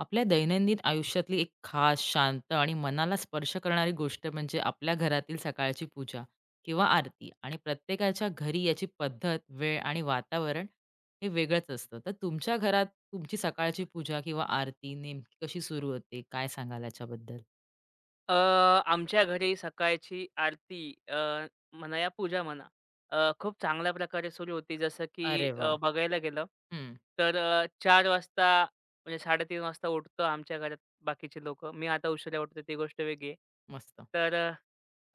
आपल्या दैनंदिन आयुष्यातली एक खास, शांत आणि मनाला स्पर्श करणारी गोष्ट म्हणजे आपल्या घरातील सकाळची पूजा किंवा आरती आणि प्रत्येकाच्या घरी याची पद्धत, वेळ आणि वातावरण हे वेगळंच असतं. तर तुमच्या घरात तुमची सकाळची पूजा किंवा आरती नेमकी कशी सुरू होते? काय सांगाल याच्याबद्दल? आमच्या घरी सकाळची आरती म्हणा या पूजा म्हणा खूप चांगल्या प्रकारे सुरू होती. जसं की अरे वाह! बघायला गेलं हं. तर 4 वाजता म्हणजे 3:30 वाजता उठतो आमच्या घरात बाकीचे लोक, मी आता उशिरा उठतो ती गोष्ट वेगळी आहे. मस्त. तर अ,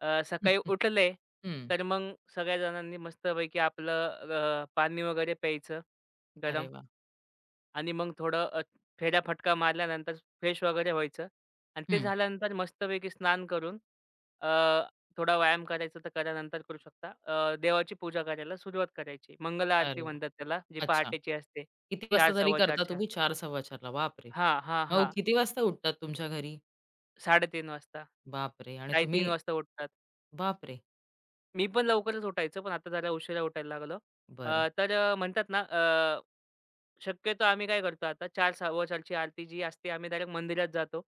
सकाळी उठले हं. तर मग सगळ्या जणांनी मस्तपैकी आपलं पाणी वगैरे प्यायचं अरे गरम. वाह! आणि मग थोडं फेऱ्याफटका मारल्यानंतर फ्रेश वगैरे व्हायचं आणि ते हं. झाल्यानंतर मस्तपैकी स्नान करून अ, थोडा व्यायाम करायचा तर करा नंतर करू शकता. देवाची पूजा करायला सुरुवात करायची. मंगल आरती अरे वाह! म्हणतात त्याला, जी अच्छा. पहाटेची असते. किती 4, वाजता तरी करता 4:15. तुम्ही? 4:00-4:15ला. बापरे! हां, हां, हो, हां. किती वाजता उठतात तुमच्या घरी? 3:30 वाजता. बापरे! आणि तुम्ही 3:30 वाजता उठतात. बापरे! मी पण लवकरच उठायचो, पण आता जरा उशिरा उठायला लागलो. बरं. म्हणतात ना शक्यतो आम्ही काय करतो आता चार 415 ची आरती जी असते आम्ही डायरेक्ट मंदिरात जातो.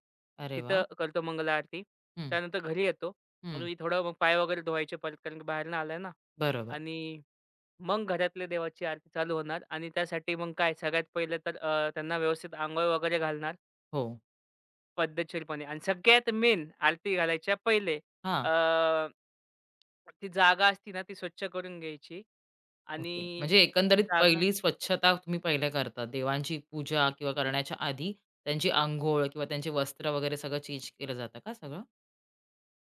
अरे वाह! तिथं करतो मंगल आरती. हं, त्यानंतर घरी येतो हं. आणि थोडं मग पाय वगैरे धुवायचे परत कारण की बाहेरनं आलाय ना. बरोबर. आणि मग घरातल्या देवाची आरती चालू होणार आणि त्यासाठी मग काय सगळ्यात पहिले तर त्यांना व्यवस्थित अंघोळ वगैरे घालणार. हो. पद्धतशीरपणे आणि सगळ्यात मेन आरती घालायच्या पहिले हां. अ, ती जागा असती ना ती स्वच्छ करून घ्यायची. ओके. आणि म्हणजे ती एकंदरीत जागा, पहिली स्वच्छता तुम्ही पहिले करता. देवांची पूजा किंवा करण्याच्या आधी त्यांची अंघोळ किंवा त्यांचे वस्त्र वगैरे सगळं चेंज केलं जातं का सगळं?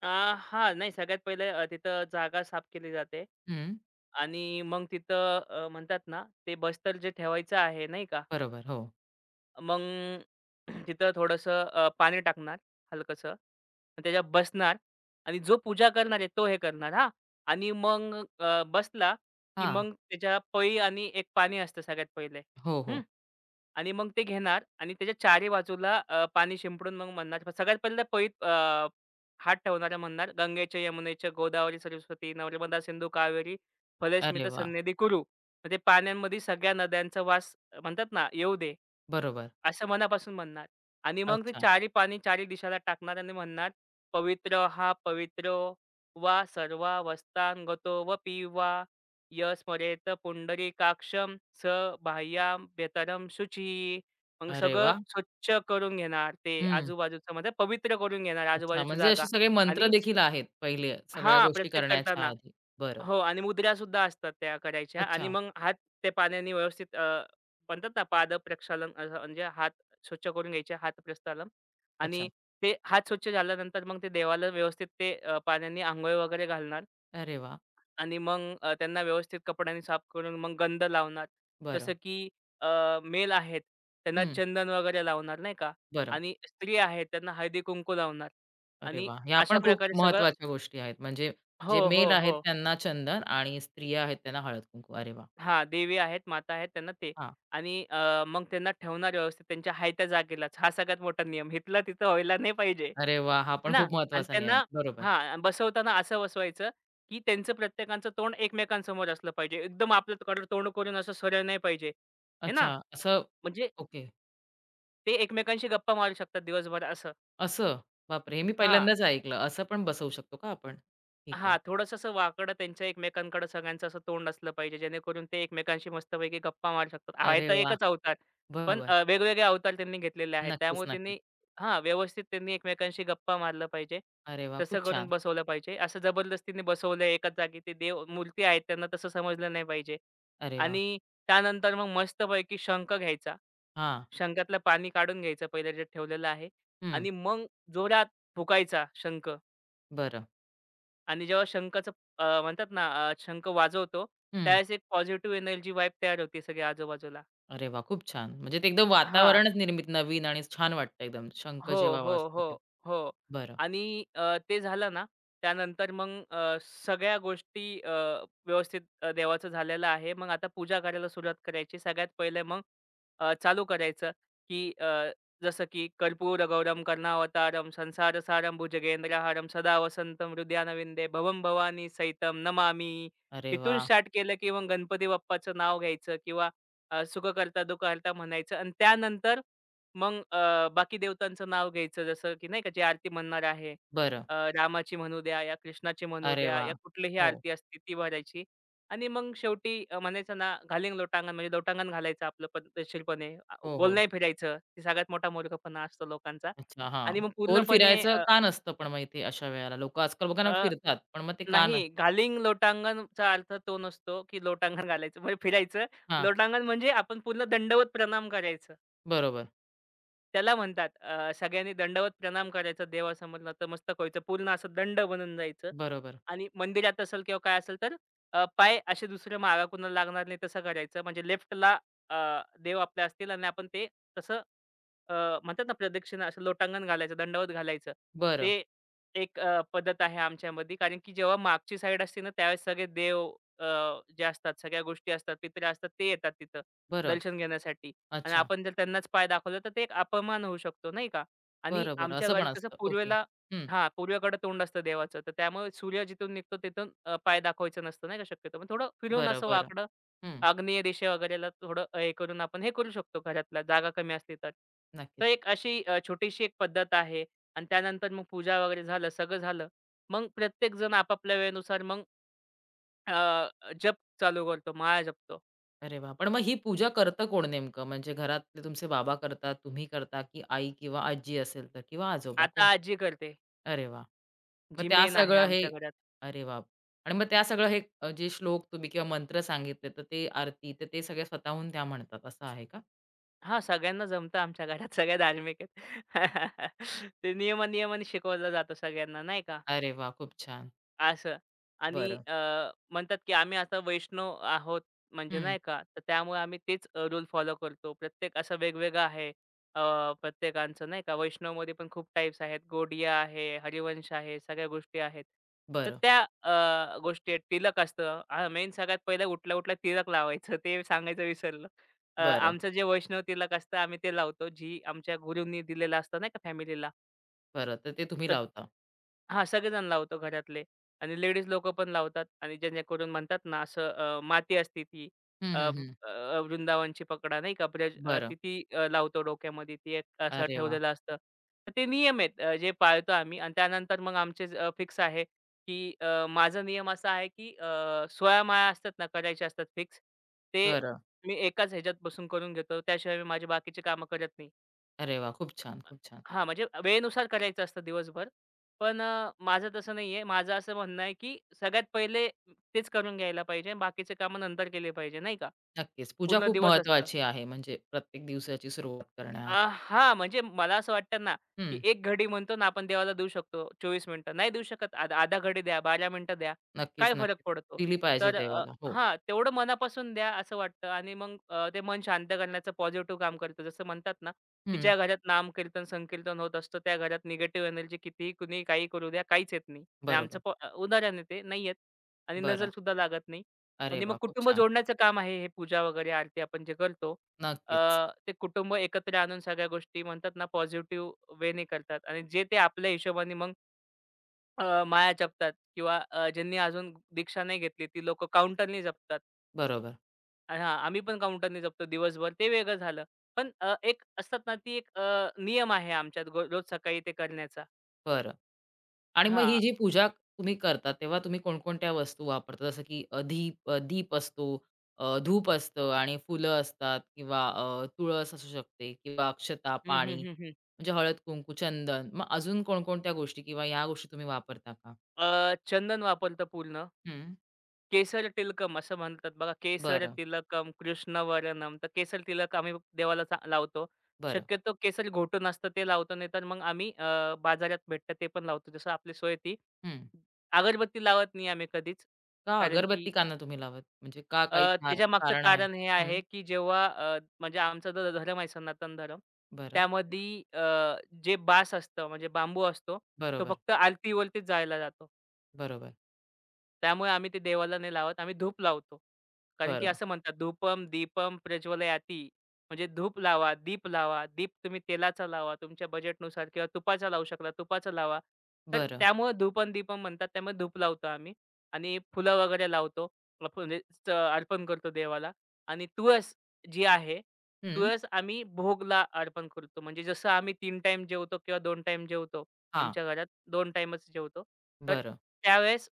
अ, हां, नाही, सगळ्यात पहिले तिथं जागा साफ केली जाते. हं. आणि मग तिथं म्हणतात ना ते बस्तर जे ठेवायचं आहे नाही का. बरोबर. हो. मग तिथं थोडंसं पाणी टाकणार हलकंसं आणि त्याच्यावर बसणार. आणि जो पूजा करणार आहे तो हे करणार हां. आणि मग बसला, की हां. मग त्याच्या पळी आणि एक पाणी असतं सगळ्यात पहिले. हो, हं. हो. आणि मग ते घेणार आणि त्याच्या चारी बाजूला पाणी शिंपडून मग म्हणणार सगळ्यात पहिलं पळीत हात ठेवणारा म्हणणार, "गंगेच्या, यमुनेच्या, गोदावरी, सरस्वती, नर्मदा, सिंधू, कावेरी, अरे फलेस्मित, वाह! सन्निधी कुरु." मग ते पाण्यांमध्ये सगळ्या नद्यांचा वास म्हणतात ना, येऊ दे. बरोबर. असं मनापासून म्हणणार आणि मग ते अच्छा. चारी पानी चारी दिशाला टाकणार आणि म्हणणार, "पवित्र हा पवित्रो वा सर्वावस्थांगतो वपि वा, य स्मरेत पुंडरीकाक्षं स बाह्याभ्यंतरं शुचिः." मग अरे सगळं वाह! स्वच्छ करून घेणार ते हं. आजूबाजूचं म्हणजे पवित्र करून घेणार अच्छा. आजूबाजूची म्हणजे असे जागा. सगळे मंत्र आणि देखील आहेत पहिले सगळ्या हां, गोष्टी प्रत्येक करण्याच्या करताना. आधी. बरं. हो, आणि मुद्रासुद्धा असतात त्या करायच्या अच्छा, आणि मग हात त्या पाण्याने व्यवस्थित, म्हणतात ना पाद प्रक्षालन असं, म्हणजे हात स्वच्छ करून घ्यायचे, हात प्रस्थालन. आणि अच्छा. ते हात स्वच्छ झाल्यानंतर मग ते देवाला व्यवस्थित ते पाण्याने आंघोळ वगैरे घालणार. अरे वाह! आणि मग त्यांना व्यवस्थित कपड्यांनी साफ करून मग गंध लावणार. बरं. जसं की मेल आहेत त्यांना हं. चंदन वगैरे लावणार नाही का. बरं. आणि स्त्री आहेत त्यांना हळदी कुंकू लावणार. अरे आणि वाह! ह्या अशा पण खूप प्रकारे सगळं. महत्त्वाच्या गोष्टी आहेत. म्हणजे हो, जे मेल हो, आहेत हो. त्यांना चंदन आणि स्त्रिया आहेत त्यांना हळद-कुंकू. अरे वा, हां, देवी आहेत, माता आहेत त्यांना ते. हां. आणि मग त्यांना ठेवणार व्यवस्थित त्यांच्या आहे त्या जागेलाच. हा सगळ्यात मोठा नियम. इथला तिथं व्हायला नाही पाहिजे, अरे वाह! हा है पण ना? खूप आणि महत्त्वाचा नियम. त्यांना, बरोबर. हां, बसवताना असं बसवायचं, की त्यांचं प्रत्येकाचं तोंड एकमेकांसमोर असलं पाहिजे. एकदम आपल्याकडे तोंड करून असं सरळ नाही पाहिजे, है ना? अच्छा. असं म्हणजे ओके. ते एकमेकांशी गप्पा मारू शकतात दिवसभर असं. असं? बापरे! हे मी हां. पहिल्यांदाच ऐकलं. असं पण बसवू शकतो का आपण? ठीक आहे. हां, थोडंसं असं वाकडं त्यांच्या एकमेकांकडे सगळ्यांचं असं तोंड असलं पाहिजे, जेणेकरून ते एकमेकांशी मस्तपैकी गप्पा मारू शकतात. आहे अरे तर वाह! एकच अवतार, पण बरोबर. वेगवेगळे अवतार त्यांनी घेतलेले आहेत. नक्कीच, त्यामुळे नक्कीच. त्यांनी, हां, व्यवस्थित त्यांनी एकमेकांशी गप्पा मारलं पाहिजे. अरे वाह! तसं खूप करून छान. बसवलं पाहिजे. असं जबरदस्तीने बसवलं एकाच जागी ते देव मूर्ती आहेत त्यांना तसं समजलं नाही पाहिजे. अरे वाह! आणि त्यानंतर मग मस्तपैकी शंख घ्यायचा. हां. शंखातलं पाणी काढून घ्यायचं पहिलं जे ठेवलेलं आहे. हं. आणि मग जोरात फुकायचा शंख. बरं. आणि जेव्हा शंखाचं, अ, म्हणतात ना, अ, शंख वाजवतो, हं. त्यावेळेस एक पॉझिटिव्ह एनर्जी वाइब तयार होते सगळ्या आजूबाजूला. अरे वाह! खूप छान. म्हणजे ते एकदम हां, वातावरणच निर्मित नवीन आणि छान वाटतं एकदम. शंख हो, जेव्हा हो, वाजतो हो, तेव्हा. हो. बरं. आणि ते झालं ना, त्यानंतर मग सगळ्या गोष्टी व्यवस्थित, देवाचं झालेलं आहे. मग आता पूजा करायला सुरुवात करायची. सगळ्यात पहिले मग चालू करायचं, की जसं की कर्पूर गौरम कर्णावतारम संसार सारम भुजगेंद्रहारम सदा वसंतम हृदयानविंदे भवं भवानी सहितम नमामि. अरे तिथून वाह! स्टार्ट केलं, की मग गणपती बाप्पाचं नाव घ्यायचं किंवा सुखकर्ता दुःखहर्ता म्हणायचं. आणि त्यानंतर मग बाकी देवतांचं नाव घ्यायचं जसं की नाही का, जी आरती म्हणणार आहे. बरं. रामाची म्हणू द्या या कृष्णाची म्हणू अरे द्या या वाह! कुठलीही हो, आरती असते ती भरायची. आणि मग शेवटी म्हणायचं ना, "घालिंग लोटांगण" म्हणजे लोटांगण घालायचं आपलं पद्धतशीरपणे. हो, गोल हो. नाही फिरायचं. ते सगळ्यात मोठा मूर्खपणा असतो लोकांचा. अच्छा, आणि हां. मग गोल पूर्णपणे फिरायचं अ, का नसतं पण मग इथे अशा वेळेला? लोकं आजकाल बघा ना अ, फिरतात, पण मग ते का नाही, नसतं? घालिंग लोटांगणचा अर्थ तो नसतो, की लोटांगण घालायचं म्हणजे फिरायचं. हां, लोटांगण म्हणजे आपण पूर्ण दंडवत प्रणाम करायचं. बरोबर, त्याला म्हणतात सगळ्यांनी दंडवत प्रणाम करायचा देवासमोर, नंतर मस्तक व्हायचं. पूर्ण असं दंड बनून जायचं. बरोबर. आणि मंदिरात असेल किंवा काय असेल तर पाय असे दुसरे मागा कुणाला लागणार नाही तसं करायचं. म्हणजे लेफ्टला देव आपले असतील आणि आपण ते तसं, अ, म्हणतात ना प्रदक्षिणा असं लोटांगण घालायचं, दंडवत घालायचं. बरं, ते एक पद्धत आहे आमच्यामध्ये. कारण की जेव्हा मागची साईड असते ना त्यावेळेस सगळे देव अ, जे असतात, सगळ्या गोष्टी असतात, पितऱ्या असतात ते येतात तिथं बरं. दर्शन घेण्यासाठी. आणि अच्छा. आपण जर त्यांनाच पाय दाखवला, तर ते एक अपमान होऊ शकतो, नाही का? आणि बरं, बरं. आमच्या असं पण घरात कसं असतं. ओके. पूर्वेला, हं. हां, पूर्वेकडे तोंड असतं देवाचं, तर त्यामुळे सूर्य जिथून निघतो तिथून पाय दाखवायचं नसतं, नाही का शक्यतो. मग थोडं फिरून बरं, असं बरं. वाकडं हं. आग्नेय दिशा वगैरेला थोडं हे करून आपण हे करू शकतो घरातला, जागा कमी असली तर. तर नक्कीच. एक अशी छोटीशी एक पद्धत आहे. आणि त्यानंतर मग पूजा वगैरे झालं, सगळं झालं. मग प्रत्येकजण आपापल्या वेळेनुसार मग अ, जप चालू करतो, माळा जपतो. अरे वाह! पण मग ही पूजा करतं कोण नेमकं? म्हणजे घरातले तुमचे बाबा करतात, तुम्ही करता की आई किंवा आजी असेल तर किंवा आजोबा कोण? आता आजी करते, अरे वा मग जी त्या मेन आहे सगळं हे आमच्या घरात. अरे वा आणि मग त्या सगळं हे जे श्लोक तुम्ही किंवा मंत्र सांगितले, तर ते आरती, तर ते सगळे स्वतःहून त्या म्हणतात असं आहे का? हां, सगळ्यांना जमतं आमच्या घरात. सगळे धार्मिक आहेत. ते नियमा-नियमाने शिकवलं जातं सगळ्यांना नाही का? अरे वा खूप छान. असं. आणि बरं. म्हणतात की आम्ही आता वैष्णव आहोत म्हणजे हं. नाही का, तर त्यामुळे आम्ही तेच रूल फॉलो करतो. प्रत्येक असं वेगवेगळं आहे. अ, प्रत्येकांचं नाही का, वैष्णवमध्ये पण खूप टाइप्स आहेत. गोडिया आहे, हरिवंश आहे, सगळ्या गोष्टी आहेत. तर बरं, त्या गोष्टी आहेत. तिलक असतं. मेन सगळ्यात पहिलं उठल्या-उठल्या तिलक लावायचं ते सांगायचं विसरलं. बरं, आमचं जे वैष्णव तिलक असतं आम्ही ते लावतो. जी आमच्या गुरूंनी दिलेलं असतं नाही का फॅमिलीला. बरं. तर ते तुम्ही लावता. हां, सगळेजण लावतो घरातले. आणि लेडीज लोकं पण लावतात आणि जेणेकरून म्हणतात ना असं, माती असते ती, हं. हं, हं. वृंदावनची पकडा नाही का ब्रज, अ, बरं. ती ती अ, लावतो डोक्यामध्ये ती एक असं अरे वाह! ठेवलेलं असतं. तर ते नियम आहेत जे पाळतो आम्ही. आणि त्यानंतर मग आमचे फिक्स आहे, की माझा नियम असा आहे, की 16 माळा असतात ना करायच्या असतात फिक्स. ते बरं. मी एकाच ह्याच्यात बसून करून घेतो. त्याशिवाय मी माझी बाकीची कामं करत नाही. अरे वा खूप छान, खूप छान. हां, म्हणजे वेळेनुसार करायचं असतं दिवसभर. पण माझं तसं नाहीये. माझं असं म्हणणं आहे, की सगळ्यात पहिले तेच करून घ्यायला पाहिजे. बाकीचे कामं नंतर केले पाहिजे, नाही का? नक्कीच. पूजा पूर्ण खूप दिवस असतं. महत्त्वाची आहे म्हणजे प्रत्येक दिवसाची सुरुवात करण्याआधी. हां, म्हणजे मला असं वाटतं ना, की हं. 1 घडी म्हणतो ना आपण देवाला देऊ शकतो 24 मिनिटं. नाही देऊ शकत, आधा घडी द्या, 12 मिनिटं द्या. नक्कीच, काय फरक नक्कीच. पडतो? दिली पाहिजे तर देवाला. हो. हां, तेवढं मनापासून द्या असं वाटतं. आणि मग ते मन शांत करण्याचं पॉझिटिव्ह काम करतं. जसं म्हणतात ना, की हं. ज्या घरात नामकीर्तन, संकीर्तन होत असतं त्या घरात निगेटिव्ह एनर्जी कितीही, कुणीही, काही करू द्या, काहीच येत नाही. आणि बरोबर. आमचं उदाहरण आहे ते, नाही येत आणि बरं. नजरसुद्धा लागत नाही. अरे आणि मग वाह! खूप कुटुंब छान. जोडण्याचं काम आहे हे पूजा वगैरे आरती आपण जे करतो. अ, नक्कीच. ते कुटुंब एकत्र आणून सगळ्या गोष्टी म्हणतात ना पॉझिटिव्ह वेने करतात आणि जे ते आपल्या हिशोबाने मग माळा जपतात किंवा ज्यांनी अजून दीक्षा नाही घेतली ती लोकं काउंटरनी जपतात. बरोबर. आणि हां, आम्ही पण काउंटरनी जपतो दिवसभर ते वेगळं झालं. पण एक असतात ना ती एक नियम आहे आमच्यात रोज सकाळी ते करण्याचा. बरं. आणि मग ही हां. जी पूजा तुम्ही करता, तेव्हा तुम्ही कोणकोणत्या वस्तू वापरता? जसं की दीप असतो, धूप असतं आणि फुलं असतात किंवा तुळस असू शकते किंवा अक्षता, हं, पाणी हं, हं, हं. म्हणजे हळद-कुंकू, चंदन. मग अजून कोणकोणत्या गोष्टी किंवा या गोष्टी तुम्ही वापरता का? चंदन वापरतो पूर्ण. हं. केसर तिलकम असं म्हणतात बघा. केसर बरं, तिलकम कृष्ण वरणम. तर केसर तिलक आम्ही देवाला चा लावतो. बरं. शक्यतो केसर घोटून असतं ते लावतो. नाहीतर मग आम्ही बाजारात भेटतं ते पण लावतो. जसं आपली सोय ती. हं. अगरबत्ती लावत नाही आम्ही कधीच. का कारण की अगरबत्ती का नाही तुम्ही लावत? म्हणजे का काही कार त्याच्यामागचं कारण आहे? कारण हे हं. आहे, की जेव्हा म्हणजे आमचा जो धर्म आहे सनातन धर्म, बरं. त्यामध्ये जे बास असतं म्हणजे बांबू असतो, तो बरोबर, फक्त आरतीवरतीच जाळला जातो. बरोबर. त्यामुळे आम्ही ते देवाला नाही लावत. आम्ही धूप लावतो. कारण की बरं, असं म्हणतात, "धूपम दीपम प्रज्वलयाती." म्हणजे धूप लावा, दीप लावा. दीप तुम्ही तेलाचा लावा, तुमच्या बजेटनुसार किंवा तुपाचा लावू शकता, तुपाचा लावा. तर बरं. त्यामुळे धूप दीपम म्हणतात. त्यामुळे धूप लावतो आम्ही आणि फुलं वगैरे लावतो. आपण म्हणजे च अर्पण करतो देवाला. आणि तुळस जी आहे, हं. तुळस आम्ही भोगला अर्पण करतो. म्हणजे जसं आम्ही 3 टाईम जेवतो किंवा 2 टाईम जेवतो. हां. आमच्या घरात 2 टाईमच जेवतो. तर बरं, त्यावेळेस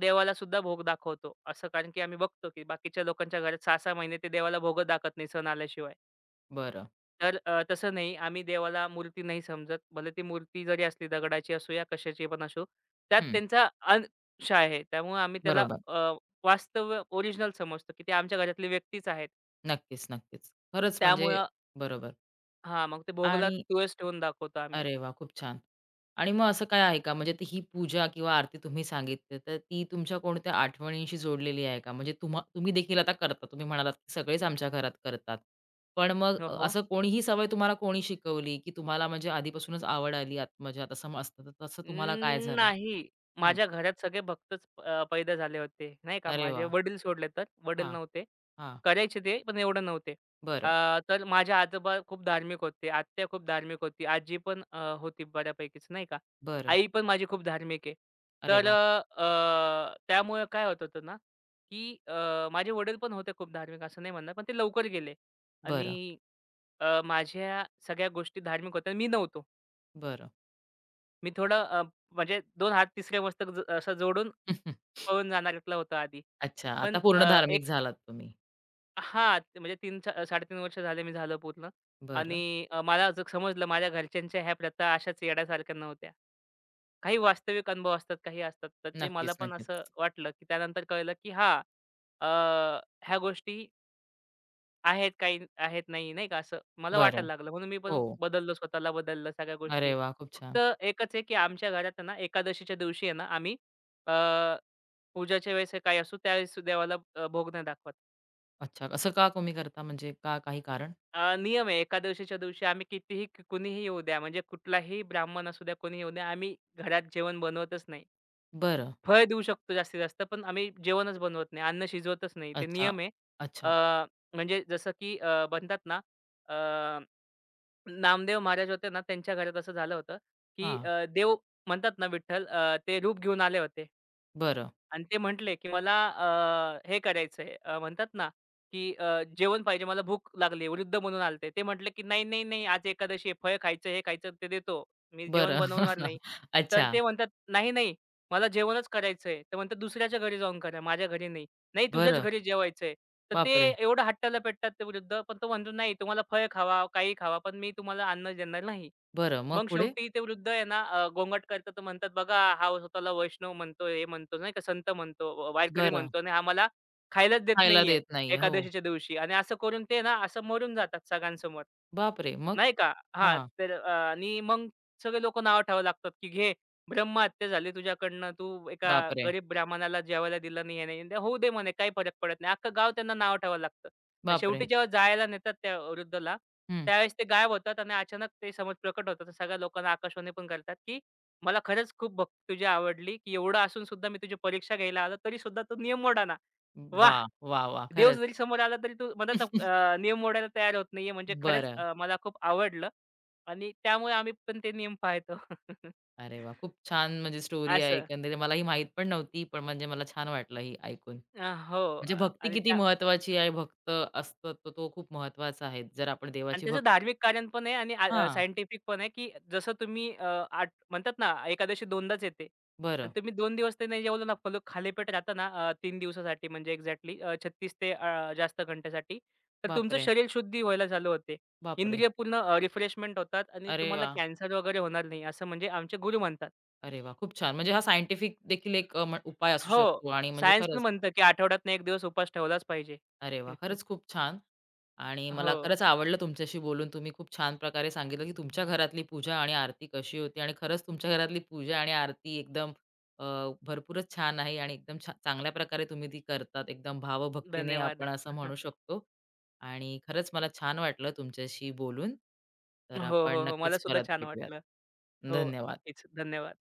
देवाला सुद्धा भोग दाखवतो. असं कारण की आम्ही बघतो की बाकीच्या लोकांच्या घरात 6-6 महिने ते देवाला भोग दाखवत नाही सण आल्याशिवाय. बरं. तर तसं नाही, आम्ही देवाला मूर्ती नाही समजत. भले ती मूर्ती जरी असली दगडाची असो या कशाची पण असो. त्यात हं. त्यांचा अंश आहे. त्यामुळे आम्ही त्याला बरोबर. वास्तव ओरिजिनल समजतो की ते आमच्या घरातली व्यक्तीच आहेत. नक्कीच, नक्कीच. खरंच म्हणजे त्यामुळं, बरोबर. हां, मग ते भोगाला आणि तुळस ठेवून दाखवतो आम्ही. अरे वाह! खूप छान. आणि मग असं काय आहे का म्हणजे ती ही पूजा किंवा आरती तुम्ही सांगितली, तर ती तुमच्या कोणत्या आठवणींशी जोडलेली आहे का? म्हणजे तुम्ही देखील आता करता. तुम्ही म्हणालात की सगळेच आमच्या घरात करतात. पण मग हो, हो. असं कोणी ही सवय तुम्हाला कोणी शिकवली, की तुम्हाला म्हणजे आधीपासूनच आवड आली आत्मजात असं मग असतं, तर तसं तुम्हाला काय अं, झालं? नाही. हं. माझ्या घरात सगळे भक्तच पैदा झाले होते, नाही का. अरे माझे वाह! वडील सोडले तर, वडील हां, नव्हते. हां. करायचे ते, पण एवढे नव्हते. बरं, तर माझे आजोबा खूप धार्मिक होते, आत्या खूप धार्मिक होती, आजी पण होती बऱ्यापैकीच, नाही का. बरं. आई पण माझी खूप धार्मिक आहे. अरे तर वाह! त्यामुळे काय होत होतं ना, की माझे वडील पण होते खूप धार्मिक, असं नाही म्हणणार, पण ते लवकर गेले बरं, आणि माझ्या सगळ्या गोष्टी धार्मिक होत्या, मी नव्हतो. बरं. मी थोडं म्हणजे 2 हात तिसरे मस्तक असं जोडून पळून जाणाऱ्यातला होतो आधी. अच्छा, आता पण पूर्ण एक धार्मिक झालात तुम्ही. हां, म्हणजे तीन सा 3.5 वर्ष झाले मी झालं पूर्ण. बरं. आणि मला जर समजलं माझ्या घरच्यांच्या ह्या प्रथा अशाच येड्यासारख्या नव्हत्या. काही वास्तविक अनुभव असतात, काही असतात. तर ते मला नक्कीच, पण असं नक्कीच. वाटलं, की त्यानंतर कळलं, की हां, अ, ह्या गोष्टी आहेत, काही आहेत, नाही, नाही का असं मला बरं. वाटायला लागलं. म्हणून मी पण हो. बदललो, स्वतःला बदललं सगळ्या अरे गोष्टी. वाह! खूप फक्त छान. एकच आहे, की आमच्या घरात आहे ना, एकादशीच्या दिवशी आहे ना, आम्ही अ, पूजाच्या वेळेस काही असो, त्यावेळेस देवाला भोग नाही दाखवत. अच्छा, असं का कमी करता म्हणजे का काही कारण? नियम आहे, एकादशीच्या दिवशी आम्ही कितीही कुणीही येऊ द्या, म्हणजे कुठलाही ब्राह्मण असू द्या, कोणी येऊ द्या, आम्ही घरात जेवण बनवतच नाही. बरं. फळ देऊ शकतो जास्तीत जास्त, पण आम्ही जेवणच बनवत नाही, अन्न शिजवतच नाही. ते अच्छा. नियम आहे. अ, अच्छा. म्हणजे जसं की म्हणतात ना, नामदेव महाराज होते ना, त्यांच्या घरात असं झालं होतं, की हां. देव म्हणतात ना विठ्ठल, ते रूप घेऊन आले होते. बरं, आणि ते म्हटले, की मला हे करायचंय, म्हणतात ना, की जेवण पाहिजे मला भूक लागली वृद्ध म्हणून आलते. ते म्हटले, की "नाही, नाही, नाही आज एकादशी आहे. फळ खायचं, हे खायचं ते देतो. मी जेवण बरं. बनवणार नाही." तर अच्छा. ते म्हणतात, "नाही, नाही मला जेवणच करायचंय." ते म्हणतात, "दुसऱ्याच्या घरी जाऊन करा, माझ्या घरी नाही." "नाही तुझ्याच बरं. घरी जेवायचंय." तर ते बापरे! एवढं हट्टाला पेटतात ते वृद्ध. पण तो म्हणतो, "नाही तुम्हाला फळ खावा, काही खावा, पण मी तुम्हाला अन्न देणार नाही." बरं. मग मग पुढे? शेवटी ते वृद्ध आहे ना, गोंगाट करतात तर म्हणतात, "बघा हा स्वतःला वैष्णव म्हणतो, हे म्हणतो नाही का, संत म्हणतो, व वारकरी बरं. म्हणतो आणि हा मला खायलाच देत खायला नाहीये देत नाहीये. हो. एकादशीच्या दिवशी." आणि असं करून ते ना असं मरून जातात सगळ्यांसमोर. बापरे! मग? नाही का? हां, हां. तर आणि मग सगळे लोकं नावं ठेवायला लागतात, की "घे, ब्रह्महत्या झाली तुझ्याकडनं. तू एका बापरे! गरीब ब्राह्मणाला जेवायला दिलं नाही, हे नाही." "होऊ दे म्हणे, काही फरक पडत नाही." अख्खं गाव त्यांना नावं ठेवायला लागतं. आणि बापरे! शेवटी जेव्हा जाळायला नेतात त्या वृद्धला, हं. त्यावेळेस ते गायब होतात आणि अचानक ते प्रकट होतात. सगळ्या लोकांना आकाशवाणी पण करतात, की "मला खरंच खूप भक्ती तुझी आवडली, की एवढं असून सुद्धा मी तुझी परीक्षा घ्यायला आलो, तरी सुद्धा तू नियम मोडाना. वाह! वाह! वाह! वाह! देव खरंच. जरी समोर आला तरी तू नियम मोडायला तयार होत नाहीये. म्हणजे खरंच बरं. मला खूप आवडलं." आणि त्यामुळे आम्ही पण ते नियम पाळतो. अरे वाह! खूप छान म्हणजे स्टोरी आहे असं. एकंदरीत. मला ही माहीत पण नव्हती, पण म्हणजे मला छान वाटलं ही ऐकून. म्हणजे हो. भक्ती आणि किती महत्वाची आहे, भक्त असतो तो तो खूप महत्त्वाचा आहे. जर आपण देवाची त्याचं भक्ती धार्मिक कारण पण आहे आणि हां, सायंटिफिक पण आहे, की जसं तुम्ही अ, आठ म्हणतात ना, एकादशी दोनदाच येते बरं. आणि तुम्ही 2 दिवस ते नाही जेवलं ना, फल खालीपेट राहता ना, 3 दिवसासाठी, म्हणजे एक्झॅक्टली जास्त घंट्यासाठी, तर तुमचं बापरे! शरीर शुद्धी व्हायला चालू होते. बापरे! इंद्रिय पूर्ण रिफ्रेशमेंट होतात आणि अरे तुम्हाला वाह! कॅन्सर वगैरे होणार नाही, असं म्हणजे आमचे गुरु म्हणतात. अरे वाह! खूप छान. म्हणजे हा सायंटिफिक देखील एक उपाय असू हो, शकतो आणि म्हणजे सायन्स पण खरंच म्हणतं, की आठवड्यातून 1 दिवस उपवास ठेवलाच पाहिजे. अरे वाह! खरंच खूप छान. आणि मला हो, खरंच आवडलं तुमच्याशी बोलून. तुम्ही खूप छान प्रकारे सांगितलं, की तुमच्या घरातली पूजा आणि आरती कशी होती आणि खरंच तुमच्या घरातली पूजा आणि आरती एकदम अ, भरपूरच छान आहे आणि एकदम चांगल्या प्रकारे तुम्ही ती करतात. एकदम भावभक्तीने धन्यवाद. आपण असं म्हणू शकतो आणि खरंच मला छान वाटलं तुमच्याशी बोलून. तर हो, आपण हो, हो. मला नक्कीच सुद्धा परत छान भेटूयात. वाटलं. हो, धन्यवाद. नक्कीच. धन्यवाद.